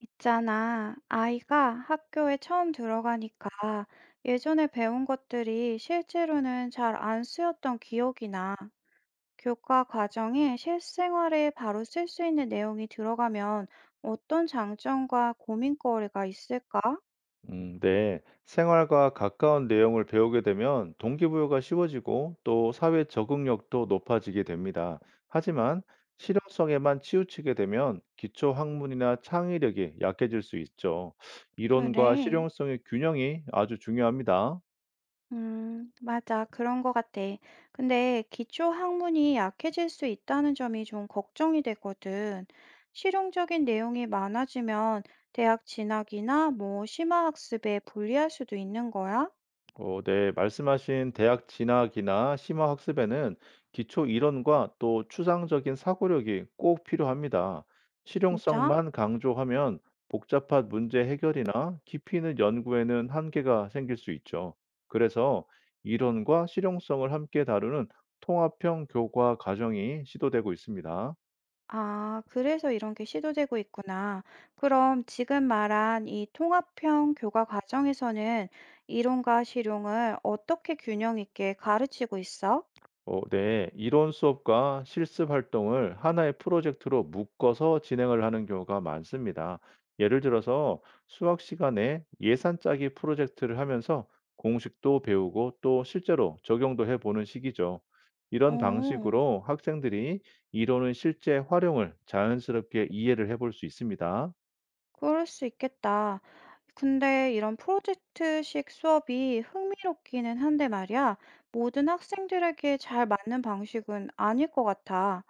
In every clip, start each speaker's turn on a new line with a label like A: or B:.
A: 있잖아, 아이가 학교에 처음 들어가니까 예전에 배운 것들이 실제로는 잘 안 쓰였던 기억이 나. 교과 과정에 실생활에 바로 쓸 수 있는 내용이 들어가면 어떤 장점과 고민거리가 있을까?
B: 네. 생활과 가까운 내용을 배우게 되면 동기부여가 쉬워지고 또 사회 적응력도 높아지게 됩니다. 하지만 실용성에만 치우치게 되면 기초 학문이나 창의력이 약해질 수 있죠. 이론과
A: 그래.
B: 실용성의 균형이 아주 중요합니다.
A: 맞아. 그런 것 같아. 근데 기초 학문이 약해질 수 있다는 점이 좀 걱정이 되거든. 실용적인 내용이 많아지면 대학 진학이나 뭐 심화학습에 불리할 수도 있는 거야?
B: 어 네. 말씀하신 대학 진학이나 심화 학습에는 기초 이론과 또 추상적인 사고력이 꼭 필요합니다.
A: 진짜?
B: 실용성만 강조하면 복잡한 문제 해결이나 깊이 있는 연구에는 한계가 생길 수 있죠. 그래서 이론과 실용성을 함께 다루는 통합형 교과 과정이 시도되고 있습니다.
A: 아, 그래서 이런 게 시도되고 있구나. 그럼 지금 말한 이 통합형 교과 과정에서는 이론과 실용을 어떻게 균형 있게 가르치고 있어?
B: 어, 네. 이론 수업과 실습 활동을 하나의 프로젝트로 묶어서 진행을 하는 경우가 많습니다. 예를 들어서 수학 시간에 예산 짜기 프로젝트를 하면서 공식도 배우고 또 실제로 적용도 해보는 시기죠. 이런
A: 어.
B: 방식으로 학생들이 이론의 실제 활용을 자연스럽게 이해를 해볼 수 있습니다.
A: 그럴 수 있겠다. 근데 이런 프로젝트식 수업이 흥미롭기는 한데 말이야. 모든 학생들에게 잘 맞는 방식은 아닐 것 같아.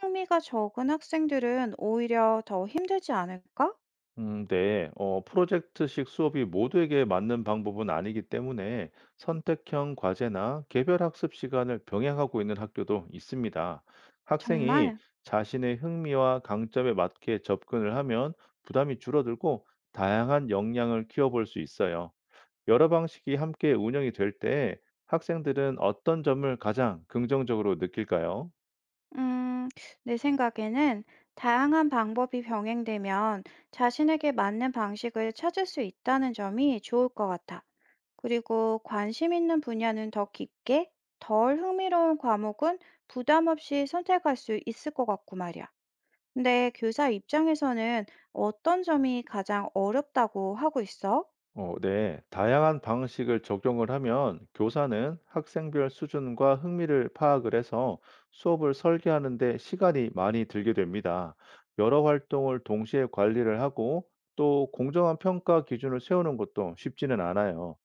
A: 흥미가 적은 학생들은 오히려 더 힘들지 않을까?
B: 네. 프로젝트식 수업이 모두에게 맞는 방법은 아니기 때문에 선택형 과제나 개별 학습 시간을 병행하고 있는 학교도 있습니다. 학생이
A: 정말?
B: 자신의 흥미와 강점에 맞게 접근을 하면 부담이 줄어들고 다양한 역량을 키워볼 수 있어요. 여러 방식이 함께 운영이 될 때 학생들은 어떤 점을 가장 긍정적으로 느낄까요?
A: 음, 내 생각에는 다양한 방법이 병행되면 자신에게 맞는 방식을 찾을 수 있다는 점이 좋을 것 같아. 그리고 관심 있는 분야는 더 깊게, 덜 흥미로운 과목은 부담 없이 선택할 수 있을 것 같고 말이야. 근데 교사 입장에서는 어떤 점이 가장 어렵다고 하고 있어?
B: 어, 네. 다양한 방식을 적용을 하면 교사는 학생별 수준과 흥미를 파악을 해서 수업을 설계하는 데 시간이 많이 들게 됩니다. 여러 활동을 동시에 관리를 하고 또 공정한 평가 기준을 세우는 것도 쉽지는 않아요.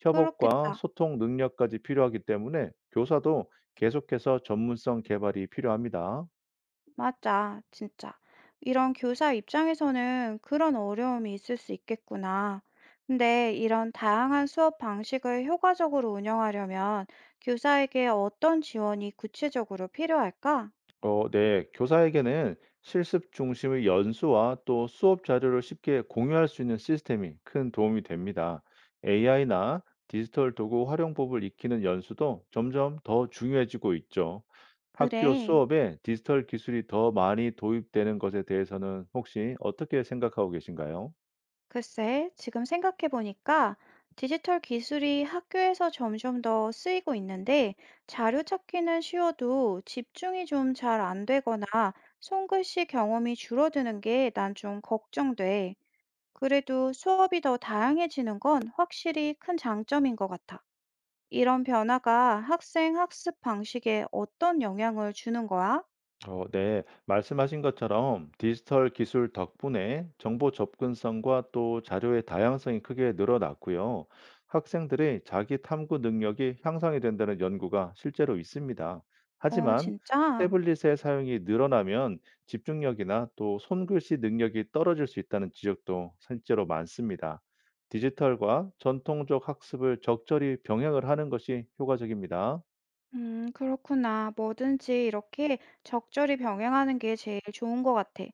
B: 협업과
A: 그렇겠다.
B: 소통 능력까지 필요하기 때문에 교사도 계속해서 전문성 개발이 필요합니다.
A: 맞아, 진짜. 이런 교사 입장에서는 그런 어려움이 있을 수 있겠구나. 근데 이런 다양한 수업 방식을 효과적으로 운영하려면 교사에게 어떤 지원이 구체적으로 필요할까?
B: 어, 네. 교사에게는 실습 중심의 연수와 또 수업 자료를 쉽게 공유할 수 있는 시스템이 큰 도움이 됩니다. AI나 디지털 도구 활용법을 익히는 연수도 점점 더 중요해지고 있죠. 학교
A: 그래.
B: 수업에 디지털 기술이 더 많이 도입되는 것에 대해서는 혹시 어떻게 생각하고 계신가요?
A: 글쎄, 지금 생각해보니까 디지털 기술이 학교에서 점점 더 쓰이고 있는데 자료 찾기는 쉬워도 집중이 좀 잘 안 되거나 손글씨 경험이 줄어드는 게 난 좀 걱정돼. 그래도 수업이 더 다양해지는 건 확실히 큰 장점인 것 같아. 이런 변화가 학생 학습 방식에 어떤 영향을 주는 거야?
B: 어, 네. 말씀하신 것처럼 디지털 기술 덕분에 정보 접근성과 또 자료의 다양성이 크게 늘어났고요. 학생들의 자기 탐구 능력이 향상이 된다는 연구가 실제로 있습니다.
A: 어,
B: 하지만
A: 진짜?
B: 태블릿의 사용이 늘어나면 집중력이나 또 손글씨 능력이 떨어질 수 있다는 지적도 실제로 많습니다. 디지털과 전통적 학습을 적절히 병행을 하는 것이 효과적입니다.
A: 그렇구나. 뭐든지 이렇게 적절히 병행하는 게 제일 좋은 것 같아.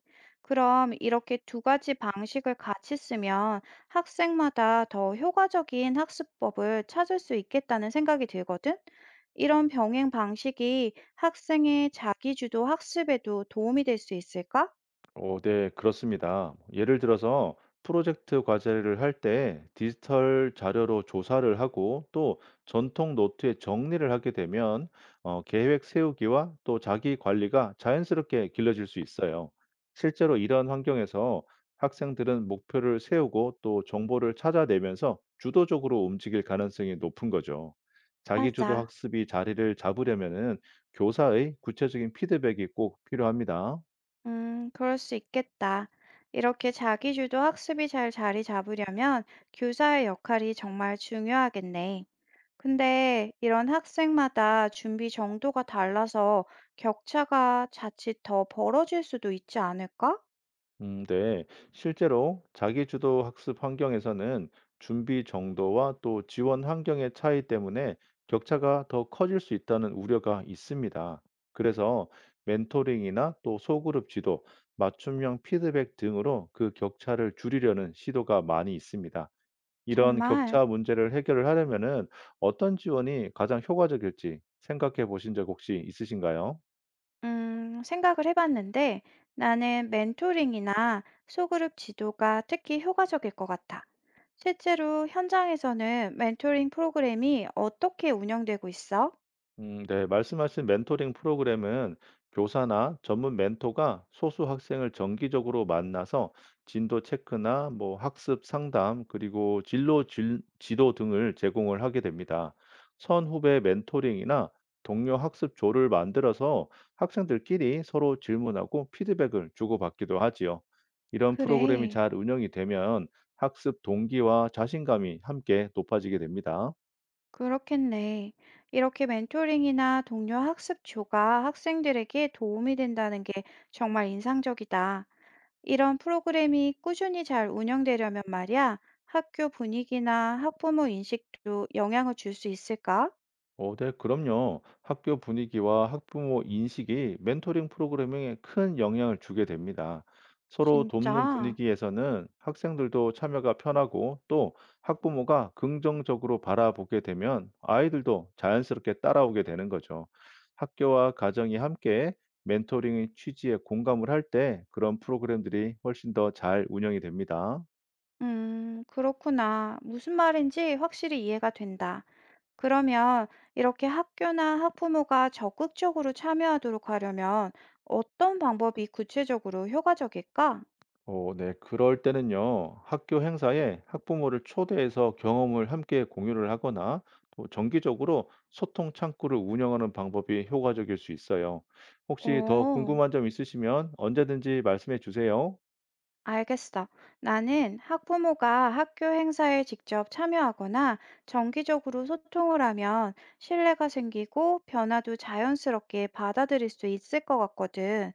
A: 그럼 이렇게 두 가지 방식을 같이 쓰면 학생마다 더 효과적인 학습법을 찾을 수 있겠다는 생각이 들거든? 이런 병행 방식이 학생의 자기주도 학습에도 도움이 될 수 있을까?
B: 어 네. 그렇습니다. 예를 들어서 프로젝트 과제를 할 때 디지털 자료로 조사를 하고 또 전통 노트에 정리를 하게 되면 어 계획 세우기와 또 자기 관리가 자연스럽게 길러질 수 있어요. 실제로 이런 환경에서 학생들은 목표를 세우고 또 정보를 찾아내면서 주도적으로 움직일 가능성이 높은 거죠. 자기주도
A: 맞아.
B: 학습이 자리를 잡으려면은 교사의 구체적인 피드백이 꼭 필요합니다.
A: 그럴 수 있겠다. 이렇게 자기주도 학습이 잘 자리 잡으려면 교사의 역할이 정말 중요하겠네. 근데 이런 학생마다 준비 정도가 달라서 격차가 자칫 더 벌어질 수도 있지 않을까?
B: 네. 실제로 자기주도 학습 환경에서는 준비 정도와 또 지원 환경의 차이 때문에 격차가 더 커질 수 있다는 우려가 있습니다. 그래서 멘토링이나 또 소그룹 지도, 맞춤형 피드백 등으로 그 격차를 줄이려는 시도가 많이 있습니다. 이런
A: 정말,
B: 격차 문제를 해결을 하려면은 어떤 지원이 가장 효과적일지 생각해 보신 적 혹시 있으신가요?
A: 생각을 해봤는데 나는 멘토링이나 소그룹 지도가 특히 효과적일 것 같아. 실제로 현장에서는 멘토링 프로그램이 어떻게 운영되고 있어?
B: 네. 말씀하신 멘토링 프로그램은 교사나 전문 멘토가 소수 학생을 정기적으로 만나서 진도 체크나 뭐 학습 상담, 그리고 지도 등을 제공을 하게 됩니다. 선후배 멘토링이나 동료 학습조를 만들어서 학생들끼리 서로 질문하고 피드백을 주고받기도 하지요. 이런 프로그램이
A: 그래,
B: 잘 운영이 되면 학습 동기와 자신감이 함께 높아지게 됩니다.
A: 그렇겠네. 이렇게 멘토링이나 동료 학습조가 학생들에게 도움이 된다는 게 정말 인상적이다. 이런 프로그램이 꾸준히 잘 운영되려면 말이야, 학교 분위기나 학부모 인식도 영향을 줄 수 있을까?
B: 어, 네, 그럼요. 학교 분위기와 학부모 인식이 멘토링 프로그래밍에 큰 영향을 주게 됩니다. 서로 돕는
A: 진짜?
B: 분위기에서는 학생들도 참여가 편하고 또 학부모가 긍정적으로 바라보게 되면 아이들도 자연스럽게 따라오게 되는 거죠. 학교와 가정이 함께 멘토링의 취지에 공감을 할 때 그런 프로그램들이 훨씬 더 잘 운영이 됩니다.
A: 그렇구나. 무슨 말인지 확실히 이해가 된다. 그러면 이렇게 학교나 학부모가 적극적으로 참여하도록 하려면 어떤 방법이 구체적으로 효과적일까?
B: 어, 네. 그럴 때는요, 학교 행사에 학부모를 초대해서 경험을 함께 공유를 하거나 또 정기적으로 소통 창구를 운영하는 방법이 효과적일 수 있어요. 혹시 더
A: 어.
B: 궁금한 점 있으시면 언제든지 말씀해 주세요.
A: 알겠어. 나는 학부모가 학교 행사에 직접 참여하거나 정기적으로 소통을 하면 신뢰가 생기고 변화도 자연스럽게 받아들일 수 있을 것 같거든.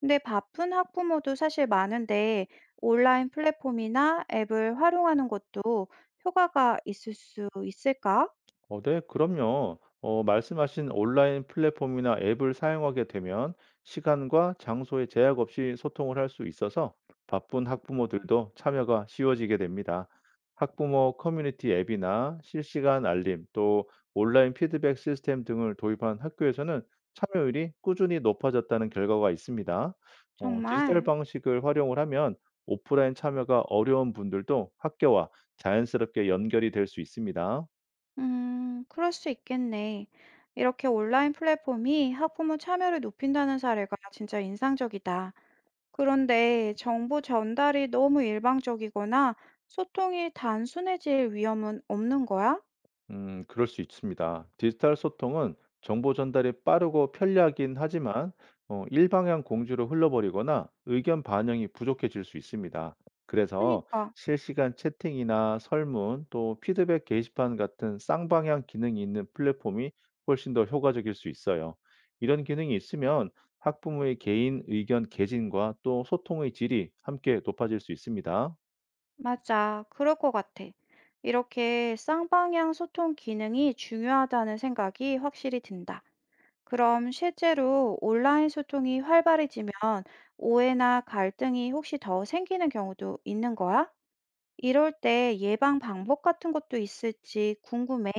A: 근데 바쁜 학부모도 사실 많은데 온라인 플랫폼이나 앱을 활용하는 것도 효과가 있을 수 있을까?
B: 어 네. 그럼요. 어 말씀하신 온라인 플랫폼이나 앱을 사용하게 되면 시간과 장소에 제약 없이 소통을 할 수 있어서 바쁜 학부모들도 참여가 쉬워지게 됩니다. 학부모 커뮤니티 앱이나 실시간 알림, 또 온라인 피드백 시스템 등을 도입한 학교에서는 참여율이 꾸준히 높아졌다는 결과가 있습니다. 어 디지털
A: 정말?
B: 방식을 활용을 하면 오프라인 참여가 어려운 분들도 학교와 자연스럽게 연결이 될 수 있습니다.
A: 그럴 수 있겠네. 이렇게 온라인 플랫폼이 학부모 참여를 높인다는 사례가 진짜 인상적이다. 그런데 정보 전달이 너무 일방적이거나 소통이 단순해질 위험은 없는 거야?
B: 그럴 수 있습니다. 디지털 소통은 정보 전달이 빠르고 편리하긴 하지만 일방향 공주로 흘러버리거나 의견 반영이 부족해질 수 있습니다. 그래서
A: 그니까,
B: 실시간 채팅이나 설문 또 피드백 게시판 같은 쌍방향 기능이 있는 플랫폼이 훨씬 더 효과적일 수 있어요. 이런 기능이 있으면 학부모의 개인 의견 개진과 또 소통의 질이 함께 높아질 수 있습니다.
A: 맞아. 그럴 것 같아. 이렇게 쌍방향 소통 기능이 중요하다는 생각이 확실히 든다. 그럼 실제로 온라인 소통이 활발해지면 오해나 갈등이 혹시 더 생기는 경우도 있는 거야? 이럴 때 예방 방법 같은 것도 있을지 궁금해.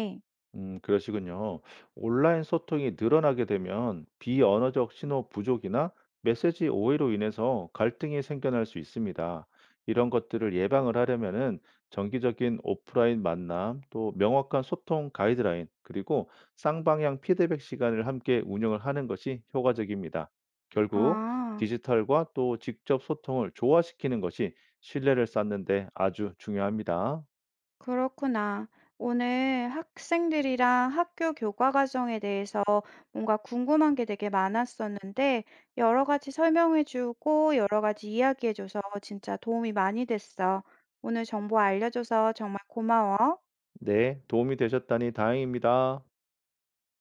B: 그러시군요. 온라인 소통이 늘어나게 되면 비언어적 신호 부족이나 메시지 오해로 인해서 갈등이 생겨날 수 있습니다. 이런 것들을 예방을 하려면은 정기적인 오프라인 만남, 또 명확한 소통 가이드라인, 그리고 쌍방향 피드백 시간을 함께 운영을 하는 것이 효과적입니다. 결국
A: 아.
B: 디지털과 또 직접 소통을 조화시키는 것이 신뢰를 쌓는 데 아주 중요합니다.
A: 그렇구나. 오늘 학생들이랑 학교 교과 과정에 대해서 뭔가 궁금한 게 되게 많았었는데, 여러 가지 설명해주고 여러 가지 이야기해줘서 진짜 도움이 많이 됐어. 오늘 정보 알려줘서 정말 고마워.
B: 네, 도움이 되셨다니 다행입니다.